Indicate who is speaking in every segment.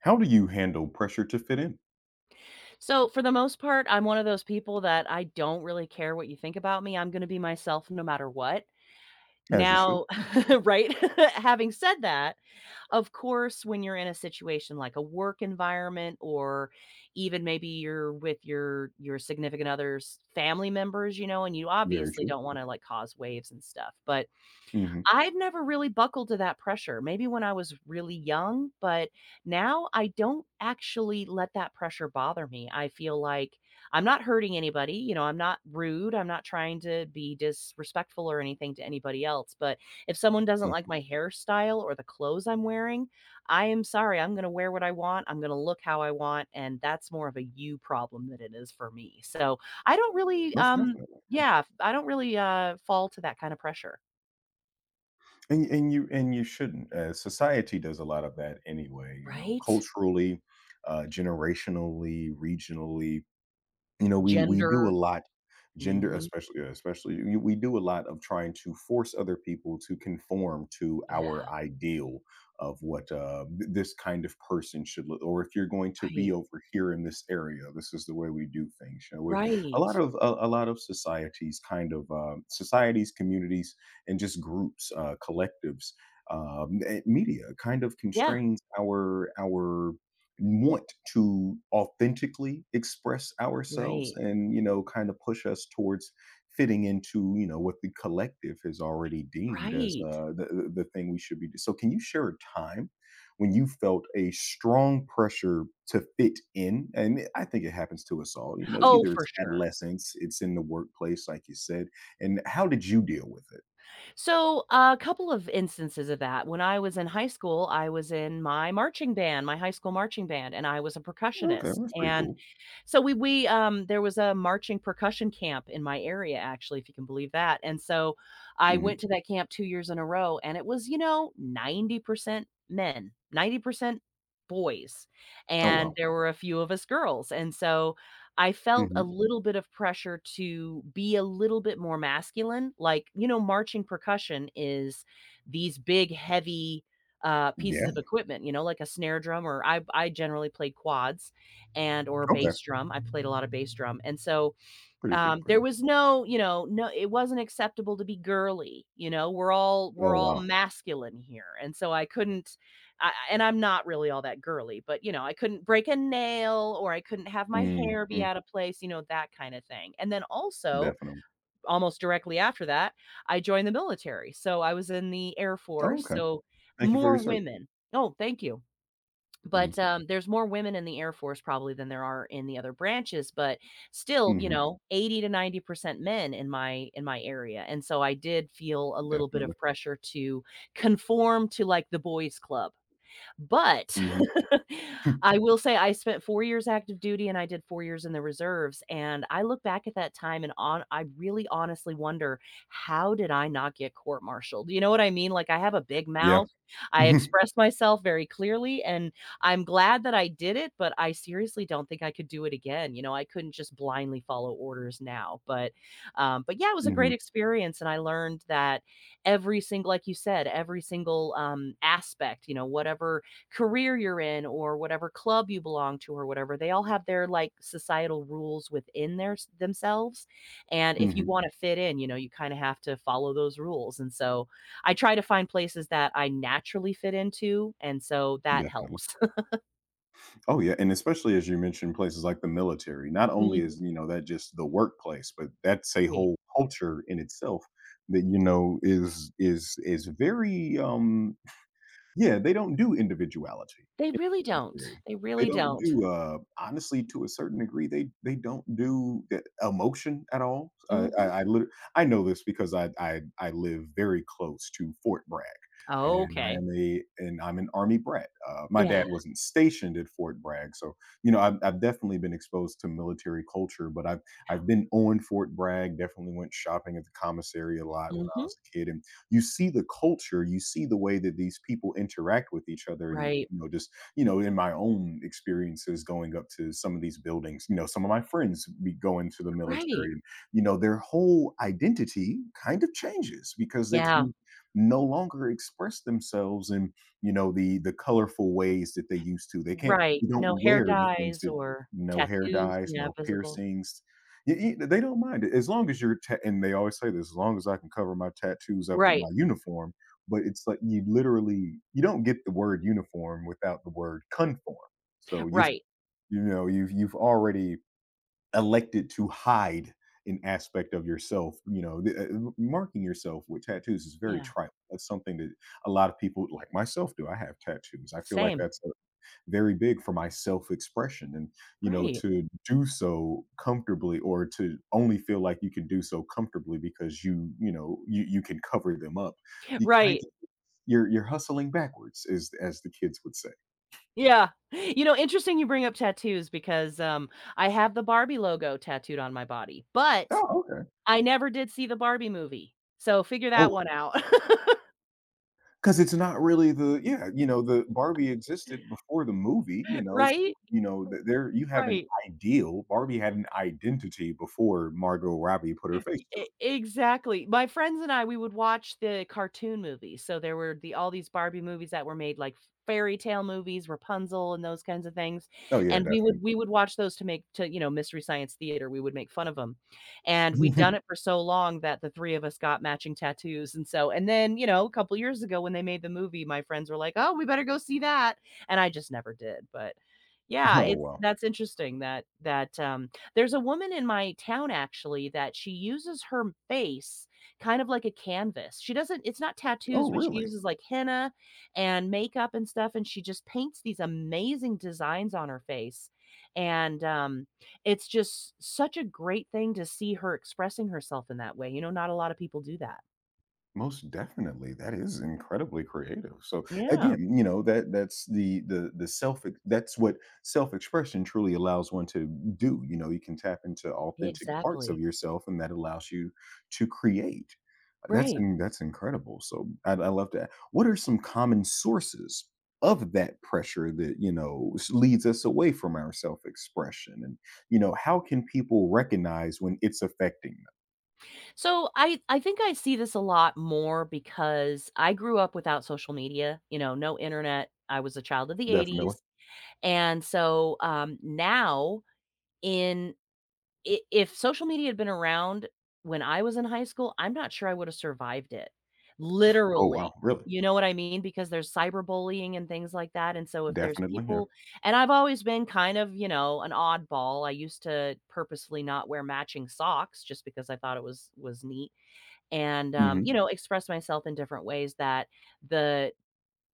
Speaker 1: How do you handle pressure to fit in?
Speaker 2: So, for the most part, I'm one of those people that I don't really care what you think about me. I'm going to be myself no matter what.
Speaker 1: As you should.
Speaker 2: Now, right? Having said that, of course, when you're in a situation like a work environment or even maybe you're with your significant other's family members, you know, and you
Speaker 1: Very
Speaker 2: obviously
Speaker 1: true.
Speaker 2: don't want to like cause waves and stuff. But
Speaker 1: Mhm,
Speaker 2: I've never really buckled to that pressure. Maybe when I was really young, but now I don't actually let that pressure bother me. I feel like I'm not hurting anybody. You know, I'm not rude. I'm not trying to be disrespectful or anything to anybody else. But if someone doesn't like
Speaker 1: mhm.
Speaker 2: my hairstyle or the clothes I'm wearing, I am sorry. I'm going to wear what I want. I'm going to look how I want. And that's more of a you problem than it is for me. So I don't
Speaker 1: Most definitely, yeah.
Speaker 2: yeah, I don't really fall to that kind of pressure.
Speaker 1: And you shouldn't. Society does a lot of that anyway, you know,
Speaker 2: Right?
Speaker 1: culturally, generationally, regionally. You know, we do a
Speaker 2: Gender.
Speaker 1: lot, gender
Speaker 2: Mhm.
Speaker 1: especially, yeah, especially we do a lot of trying to force other people to conform to
Speaker 2: Yeah,
Speaker 1: our ideal of what this kind of person should look, or if you're going to be
Speaker 2: right.
Speaker 1: over here in this area, this is the way we do things, you know, with a
Speaker 2: Right.
Speaker 1: lot of a lot of societies, kind of, societies, communities, and just groups, collectives, media kind of
Speaker 2: Yeah,
Speaker 1: constrains our want to authentically express ourselves,
Speaker 2: right.
Speaker 1: and you know, kind of push us towards fitting into, you know, what the collective has already deemed as
Speaker 2: Right.
Speaker 1: the thing we should be doing. So can you share a time when you felt a strong pressure to fit in? And I think it happens to us all, you know,
Speaker 2: Oh,
Speaker 1: either
Speaker 2: for
Speaker 1: it's
Speaker 2: sure.
Speaker 1: adolescence, it's in the workplace, like you said. And how did you deal with it?
Speaker 2: So, a couple of instances of that. When I was in high school, I was in my marching band, my high school marching band, and I was a
Speaker 1: Okay,
Speaker 2: percussionist,
Speaker 1: that's pretty
Speaker 2: and
Speaker 1: cool.
Speaker 2: so we there was a marching percussion camp in my area actually, if you can believe that, and so I
Speaker 1: Hmm.
Speaker 2: went to that camp 2 years in a row, and it was, you know, 90% men, 90% boys,
Speaker 1: Oh,
Speaker 2: and
Speaker 1: wow.
Speaker 2: there were a few of us girls, and so I felt
Speaker 1: Hmm.
Speaker 2: a little bit of pressure to be a little bit more masculine, like, you know, marching percussion is these big, heavy,
Speaker 1: Yeah.
Speaker 2: pieces of equipment, you know, like a snare drum or I generally played quads, and or
Speaker 1: Okay.
Speaker 2: bass drum. I played a lot of bass drum. And so
Speaker 1: Pretty cool,
Speaker 2: there
Speaker 1: pretty
Speaker 2: was no, you know, no, it wasn't acceptable to be girly. You know, we're all
Speaker 1: cool. Oh,
Speaker 2: we're all
Speaker 1: wow.
Speaker 2: masculine here. And so I couldn't, I, and I'm not really all that girly, but you know, I couldn't break a nail or I couldn't have my hair be
Speaker 1: Mm-hmm.
Speaker 2: out of place, you know, that kind of thing. And then also
Speaker 1: Definitely.
Speaker 2: almost directly after that, I joined the military. So I was in the Air
Speaker 1: Oh,
Speaker 2: Force.
Speaker 1: okay.
Speaker 2: So
Speaker 1: Thank you for your
Speaker 2: more
Speaker 1: service.
Speaker 2: women. Oh, thank you, but,
Speaker 1: Mhm.
Speaker 2: um, there's more women in the Air Force probably than there are in the other branches, but still, you Mhm.
Speaker 1: Mhm.
Speaker 2: know, 80 to 90% men in my area, and so I did feel a little bit
Speaker 1: Definitely.
Speaker 2: of pressure to conform to, like, the boys' club. But
Speaker 1: Mhm.
Speaker 2: I will say I spent 4 years active duty and I did 4 years in the reserves, and I look back at that time and on I really honestly wonder, how did I not get court-martialed? You know what I mean? Like, I have a big
Speaker 1: Yeah.
Speaker 2: mouth, I express myself very clearly, and I'm glad that I did it, but I seriously don't think I could do it again, you know, I couldn't just blindly follow orders now, but but yeah, it was a
Speaker 1: Mhm.
Speaker 2: great experience, and I learned that every single, like you said, every single aspect, you know, whatever career you're in or whatever club you belong to or whatever, they all have their like societal rules within their themselves, and if you
Speaker 1: Mhm.
Speaker 2: want to fit in, you know, you kind of have to follow those rules. And so I try to find places that I naturally fit into, and so that
Speaker 1: Definitely.
Speaker 2: helps.
Speaker 1: Oh, yeah, and especially as you mentioned, places like the military, not only
Speaker 2: Mhm.
Speaker 1: is, you know, that just the workplace, but that's a
Speaker 2: Right.
Speaker 1: whole culture in itself that, you know, is very, yeah, they don't do individuality.
Speaker 2: they really don't
Speaker 1: Contrary.
Speaker 2: they
Speaker 1: They
Speaker 2: really
Speaker 1: don't
Speaker 2: don't
Speaker 1: do, honestly, to a certain degree, they don't do the emotion at all. I I
Speaker 2: Hmm.
Speaker 1: I liter I know this because I live very close to Fort Bragg,
Speaker 2: Oh,
Speaker 1: and I
Speaker 2: okay.
Speaker 1: am a and I'm an Army brat. My dad
Speaker 2: Yeah.
Speaker 1: wasn't stationed at Fort Bragg, so, you know, I've definitely been exposed to military culture, but I've been on Fort Bragg, definitely went shopping at the commissary a lot when I
Speaker 2: Hmm.
Speaker 1: was a kid. And you see the culture, you see the way that these people interact with each other and,
Speaker 2: Right,
Speaker 1: you know, just, you know, in my own experiences going up to some of these buildings, you know, some of my friends be going to the military
Speaker 2: right.
Speaker 1: and, you know, their whole identity kind of changes because they
Speaker 2: Yeah,
Speaker 1: can no longer express themselves in, you know, the colorful ways that they used to.
Speaker 2: right.
Speaker 1: They don't
Speaker 2: No hair
Speaker 1: wear the things
Speaker 2: dyes
Speaker 1: that,
Speaker 2: or
Speaker 1: no hair
Speaker 2: tattoos,
Speaker 1: dyes,
Speaker 2: yeah,
Speaker 1: no
Speaker 2: visible.
Speaker 1: piercings. They don't mind it as long as you're ta- and they always say this, as long as I can cover my tattoos up with
Speaker 2: Right,
Speaker 1: my uniform. But it's like you literally you don't get the word uniform without the word conform. So you.
Speaker 2: right.
Speaker 1: You know, you've already elected to hide an aspect of yourself, you know, the, marking yourself with tattoos is very
Speaker 2: Yeah,
Speaker 1: tribal. That's something that a lot of people like myself do. I have tattoos. I feel like
Speaker 2: same.
Speaker 1: that's, very big for my self-expression, and, you know,
Speaker 2: Right,
Speaker 1: to do so comfortably, or to only feel like you can do so comfortably because you know, you can cover them up. You kind
Speaker 2: right.
Speaker 1: you're hustling backwards, as the kids would say.
Speaker 2: Yeah. You know, interesting you bring up tattoos because I have the Barbie logo tattooed on my body, but
Speaker 1: Oh, okay.
Speaker 2: I never did see the Barbie movie, so figure that
Speaker 1: Oh,
Speaker 2: one out.
Speaker 1: because it's not really the yeah, you know, the Barbie existed before the movie, you know, so,
Speaker 2: Right?
Speaker 1: you know, th there you have an
Speaker 2: Right.
Speaker 1: ideal. Barbie had an identity before Margot Robbie put her face
Speaker 2: E
Speaker 1: to
Speaker 2: e
Speaker 1: it.
Speaker 2: exactly. My friends and I, we would watch the cartoon movies. So there were the all these Barbie movies that were made, like fairy tale movies, Rapunzel and those kinds of things,
Speaker 1: Oh, yeah,
Speaker 2: and we would
Speaker 1: definitely.
Speaker 2: we would watch those to make you know, Mystery Science Theater, we would make fun of them, and we'd done it for so long that the 3 of us got matching tattoos, and so and then, you know, a couple years ago when they made the movie, my friends were like, "Oh, we better go see that," and I just never did, but yeah,
Speaker 1: Oh,
Speaker 2: it's
Speaker 1: wow.
Speaker 2: that's interesting. There's a woman in my town actually that she uses her face kind of like a canvas. She doesn't, it's not
Speaker 1: Oh,
Speaker 2: tattoos, but she
Speaker 1: really?
Speaker 2: uses like henna and makeup and stuff, and she just paints these amazing designs on her face. And it's just such a great thing to see her expressing herself in that way, you know, not a lot of people do that.
Speaker 1: Most definitely, that is incredibly creative. So
Speaker 2: Yeah,
Speaker 1: again, you know, that that's the self. That's what self expression truly allows one to do. You know, you can tap into authentic parts of
Speaker 2: exactly.
Speaker 1: yourself, and that allows you to create. That's
Speaker 2: Right.
Speaker 1: in- that's incredible. So I love that. What are some common sources of that pressure that, you know, leads us away from our self expression? And, you know, how can people recognize when it's affecting them?
Speaker 2: So I think I see this a lot more because I grew up without social media, you know, no internet. I was a child of the
Speaker 1: Definitely.
Speaker 2: 80s. And so in if social media had been around when I was in high school, I'm not sure I would have survived it.
Speaker 1: Oh wow,
Speaker 2: Literally.
Speaker 1: really?
Speaker 2: You know what I mean? Because there's cyberbullying and things like that. And so if there's
Speaker 1: Definitely. Yeah.
Speaker 2: people, and I've always been kind of, you know, an oddball. I used to purposefully not wear matching socks just because I thought it was neat, and
Speaker 1: Mhm,
Speaker 2: you know, express myself in different ways that the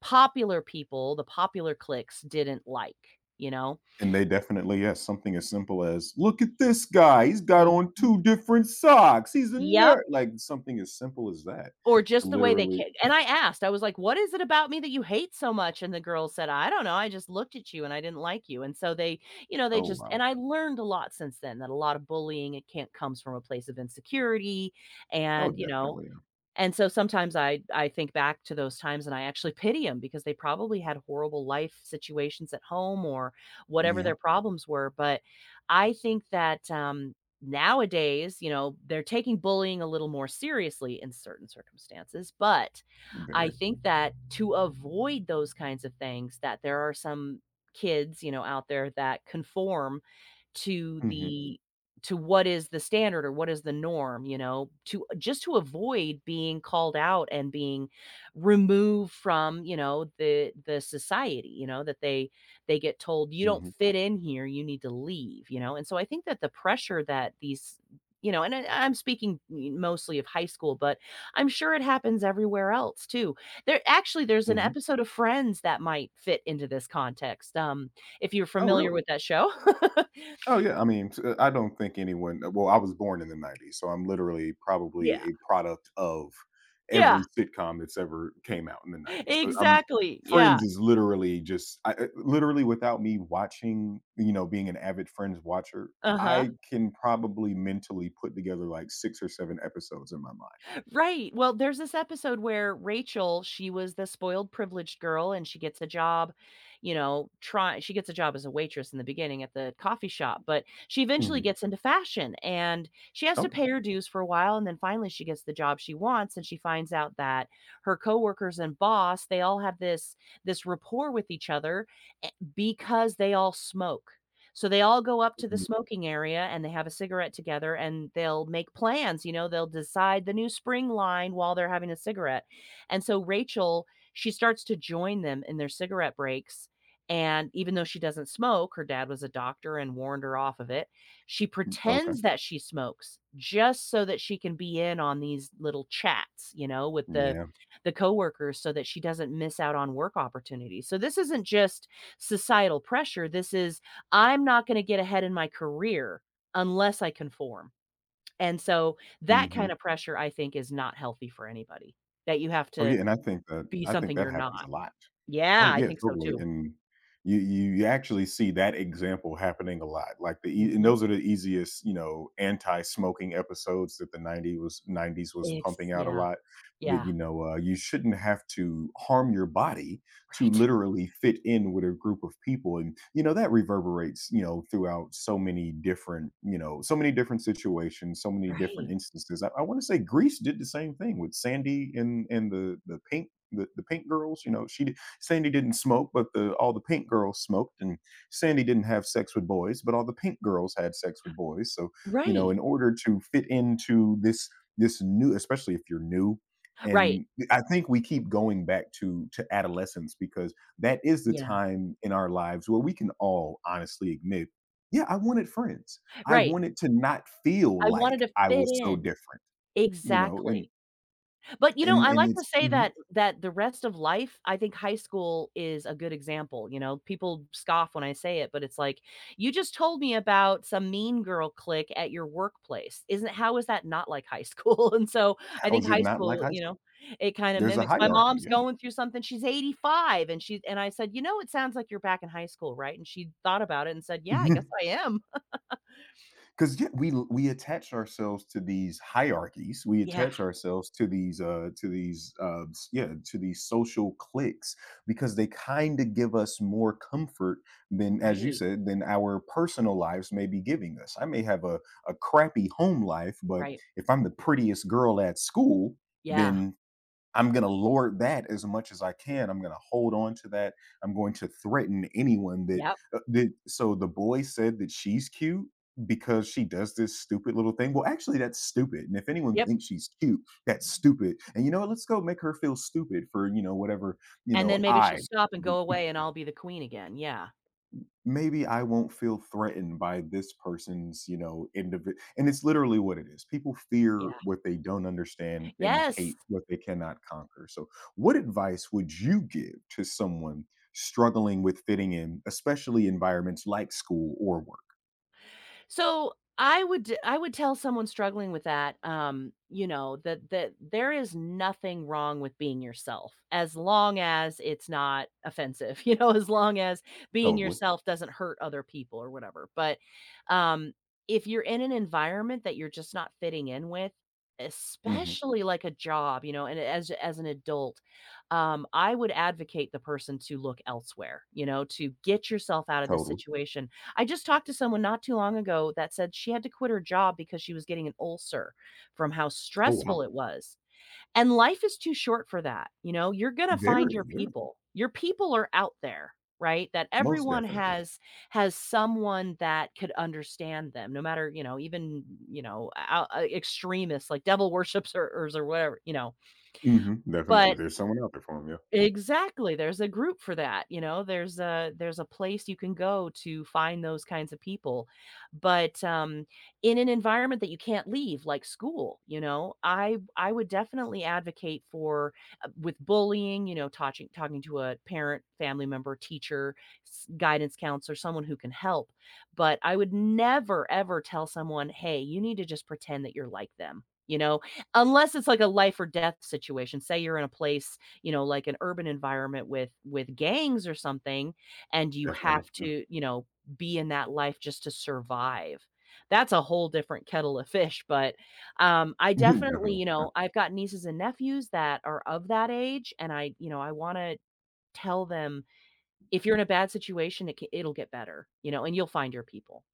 Speaker 2: popular people, the popular cliques didn't like, you know?
Speaker 1: and they definitely, yes, something as simple as, "Look at this guy, he's got on
Speaker 2: Mhm.
Speaker 1: two different socks, he's a
Speaker 2: Yep,
Speaker 1: nerd," like, something as simple as that,
Speaker 2: or just the way they
Speaker 1: literally.
Speaker 2: ca and I asked, I was like, "What is it about me that you hate so much?" And the girl said, "I don't know, I just looked at you and I didn't like you." And so you know, they
Speaker 1: Oh,
Speaker 2: just,
Speaker 1: wow.
Speaker 2: and I learned a lot since then that a lot of bullying, it can't comes from a place of insecurity,
Speaker 1: Oh,
Speaker 2: and, you know.
Speaker 1: definitely, yeah.
Speaker 2: And so sometimes I think back to those times and I actually pity them because they probably had horrible life situations at home or whatever
Speaker 1: Yeah,
Speaker 2: their problems were. But I think that nowadays, you know, they're taking bullying a little more seriously in certain circumstances. But I
Speaker 1: very.
Speaker 2: think that to avoid those kinds of things, that there are some kids, you know, out there that conform to
Speaker 1: Mhm,
Speaker 2: the to what is the standard or what is the norm, you know, to just to avoid being called out and being removed from, you know, the society, you know, that they get told you don't
Speaker 1: mhm,
Speaker 2: fit in here, you need to leave, you know. And so I think that the pressure that these you know, and I'm speaking mostly of high school, but I'm sure it happens everywhere else too. There actually, there's an
Speaker 1: mhm.
Speaker 2: episode of Friends that might fit into this context. If you're
Speaker 1: Oh,
Speaker 2: familiar
Speaker 1: really?
Speaker 2: with that show.
Speaker 1: Oh yeah, I mean, I don't think anyone. Well, I was born in the '90s, so I'm literally probably
Speaker 2: Yeah,
Speaker 1: a product of every
Speaker 2: yeah,
Speaker 1: sitcom that's ever came out in the '90s. So I'm,
Speaker 2: exactly. Yeah,
Speaker 1: Friends is literally just I, literally without me watching, you know, being an avid Friends watcher,
Speaker 2: uh-huh,
Speaker 1: I can probably mentally put together like six or seven episodes in my mind.
Speaker 2: right, well, there's this episode where Rachel, she was the spoiled privileged girl, and she gets a job, you know, try she gets a job as a waitress in the beginning at the coffee shop, but she eventually
Speaker 1: Hmm.
Speaker 2: gets into fashion, and she has to
Speaker 1: Okay.
Speaker 2: pay her dues for a while, and then finally she gets the job she wants, and she finds out that her coworkers and boss, they all have this rapport with each other, eh, because they all smoke. So they all go up to the
Speaker 1: Mhm.
Speaker 2: smoking area and they have a cigarette together and they'll make plans, you know, they'll decide the new spring line while they're having a cigarette. And so Rachel, she starts to join them in their cigarette breaks. And even though she doesn't smoke, her dad was a doctor and warned her off of it. She
Speaker 1: Okay.
Speaker 2: pretends that she smokes just so that she can be in on these little chats, you know, with
Speaker 1: Yeah.
Speaker 2: the coworkers so that she doesn't miss out on work opportunities. So this isn't just societal pressure. This is, I'm not gonna get ahead in my career unless I conform. And so that
Speaker 1: Hmm.
Speaker 2: kind of pressure, I think, is not healthy for anybody, that you have
Speaker 1: Oh
Speaker 2: to
Speaker 1: yeah, and I think that
Speaker 2: be
Speaker 1: I think
Speaker 2: something
Speaker 1: that
Speaker 2: you're
Speaker 1: happens
Speaker 2: not.
Speaker 1: a lot.
Speaker 2: Yeah,
Speaker 1: Oh,
Speaker 2: I
Speaker 1: yeah,
Speaker 2: think so
Speaker 1: totally,
Speaker 2: too.
Speaker 1: and you actually see that example happening a lot, like, the ea and
Speaker 2: Mhm.
Speaker 1: those are the easiest, you know, anti-smoking episodes that the 90 was 90s was
Speaker 2: Ex
Speaker 1: pumping out a
Speaker 2: Yeah,
Speaker 1: lot, that,
Speaker 2: yeah,
Speaker 1: you know, you shouldn't have to harm your body to
Speaker 2: right,
Speaker 1: literally fit in with a group of people, and, you know, that reverberates, you know, throughout so many different, you know, so many different situations, so many different
Speaker 2: right,
Speaker 1: instances. I wanna say Greece did the same thing with Sandy, and the paint girls, you know, she. Sandy didn't smoke, but the all the pink girls smoked, and Sandy didn't have sex with boys, but all the pink girls had sex with boys. So, you know,
Speaker 2: right,
Speaker 1: in order to fit into this new, especially if you're new,
Speaker 2: right,
Speaker 1: and I think we keep going back to adolescence because that is the
Speaker 2: yeah,
Speaker 1: time in our lives where we can all honestly admit, yeah, I wanted friends. I
Speaker 2: right.
Speaker 1: wanted to not feel
Speaker 2: I wanted
Speaker 1: like
Speaker 2: to
Speaker 1: I
Speaker 2: fit
Speaker 1: was so
Speaker 2: in.
Speaker 1: different, you know, and
Speaker 2: Exactly. But, you know,
Speaker 1: and
Speaker 2: I
Speaker 1: and
Speaker 2: like
Speaker 1: it's.
Speaker 2: to say
Speaker 1: Mhm.
Speaker 2: that the rest of life, I think high school is a good example, you know? People scoff when I say it, but it's like, "You just told me about some mean girl clique at your workplace. Isn't how is that not like high school?" And so, I
Speaker 1: How
Speaker 2: think
Speaker 1: is it
Speaker 2: high
Speaker 1: not like
Speaker 2: school,
Speaker 1: high
Speaker 2: you
Speaker 1: school?
Speaker 2: know, it kinda
Speaker 1: There's a
Speaker 2: mimics, my
Speaker 1: hierarchy,
Speaker 2: mom's
Speaker 1: yeah.
Speaker 2: going through something, she's 85, and she, and I said, "You know, it sounds like you're back in high school, right?" And she thought about it and said, "Yeah, I guess I am."
Speaker 1: Because yeah, we attach ourselves to these hierarchies. We
Speaker 2: Yeah,
Speaker 1: attach ourselves to these, yeah, to these social cliques because they kind of give us more comfort than, as you
Speaker 2: right,
Speaker 1: said, than our personal lives may be giving us. I may have a crappy home life. But
Speaker 2: right.
Speaker 1: if I'm the prettiest girl at school,
Speaker 2: Yeah,
Speaker 1: then I'm going to lord that as much as I can. I'm going to hold on to that. I'm going to threaten anyone that,
Speaker 2: yep,
Speaker 1: uh, that. So the boy said that she's cute because she does this stupid little thing. Well, actually, that's stupid. And if anyone
Speaker 2: yep.
Speaker 1: thinks she's cute, that's stupid. And you know what? Let's go make her feel stupid for, you know, whatever, you
Speaker 2: And
Speaker 1: know,
Speaker 2: then maybe she'll
Speaker 1: I
Speaker 2: stop and go away, and I'll be the queen again. Yeah,
Speaker 1: maybe I won't feel threatened by this person's, you know, individual. And it's literally what it is. People fear
Speaker 2: yeah.
Speaker 1: what they don't understand and
Speaker 2: Yes!
Speaker 1: hate what they cannot conquer. So, what advice would you give to someone struggling with fitting in, especially environments like school or work?
Speaker 2: So I would tell someone struggling with that, you know, that that there is nothing wrong with being yourself as long as it's not offensive, you know, as long as being
Speaker 1: Totally.
Speaker 2: yourself doesn't hurt other people or whatever. But um if you're in an environment that you're just not fitting in with,
Speaker 1: Hmm.
Speaker 2: especially like a job, you know, and as an adult, I would advocate the person to look elsewhere, you know, to get yourself out of this
Speaker 1: Totally.
Speaker 2: situation. I just talked to someone not too long ago that said she had to quit her job because she was getting an ulcer from how
Speaker 1: Oh, wow.
Speaker 2: stressful it was. And life is too short for that. You know, you're going to find
Speaker 1: Very.
Speaker 2: your
Speaker 1: Yeah.
Speaker 2: people. Your people are out there, right? That
Speaker 1: Most
Speaker 2: everyone
Speaker 1: definitely.
Speaker 2: has someone that could understand them, no matter, you know, you know, extremists like devil worshipers or whatever, you know.
Speaker 1: Hmm. Definitely.
Speaker 2: But
Speaker 1: There's someone out there for them. Yeah.
Speaker 2: exactly, there's a group for that, you know, there's a place you can go to find those kinds of people, but in an environment that you can't leave, like school, you know, I would definitely advocate for, with bullying, you know, talking to a parent, family member, teacher, s guidance counselor, someone who can help, but I would never ever tell someone, "Hey, you need to just pretend that you're like them," you know, unless it's like a life or death situation, say you're in a place, you know, like an urban environment with gangs or something, and you
Speaker 1: Definitely.
Speaker 2: have
Speaker 1: Yeah.
Speaker 2: to, you know, be in that life just to survive. That's a whole different kettle of fish, but I definitely,
Speaker 1: Definitely.
Speaker 2: you know, I've got nieces and nephews that are of that age, and I, you know, I wanna tell them, "If you're in a bad situation, it'll get better," you know, "and you'll find your people."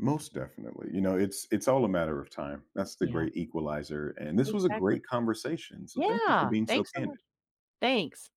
Speaker 1: Most definitely. You know, it's all a matter of time. That's the
Speaker 2: Yeah,
Speaker 1: great equalizer. And this was a
Speaker 2: exactly.
Speaker 1: great conversation. So thank you for
Speaker 2: Yeah,
Speaker 1: being so
Speaker 2: thanks so
Speaker 1: candid.
Speaker 2: much. Thanks.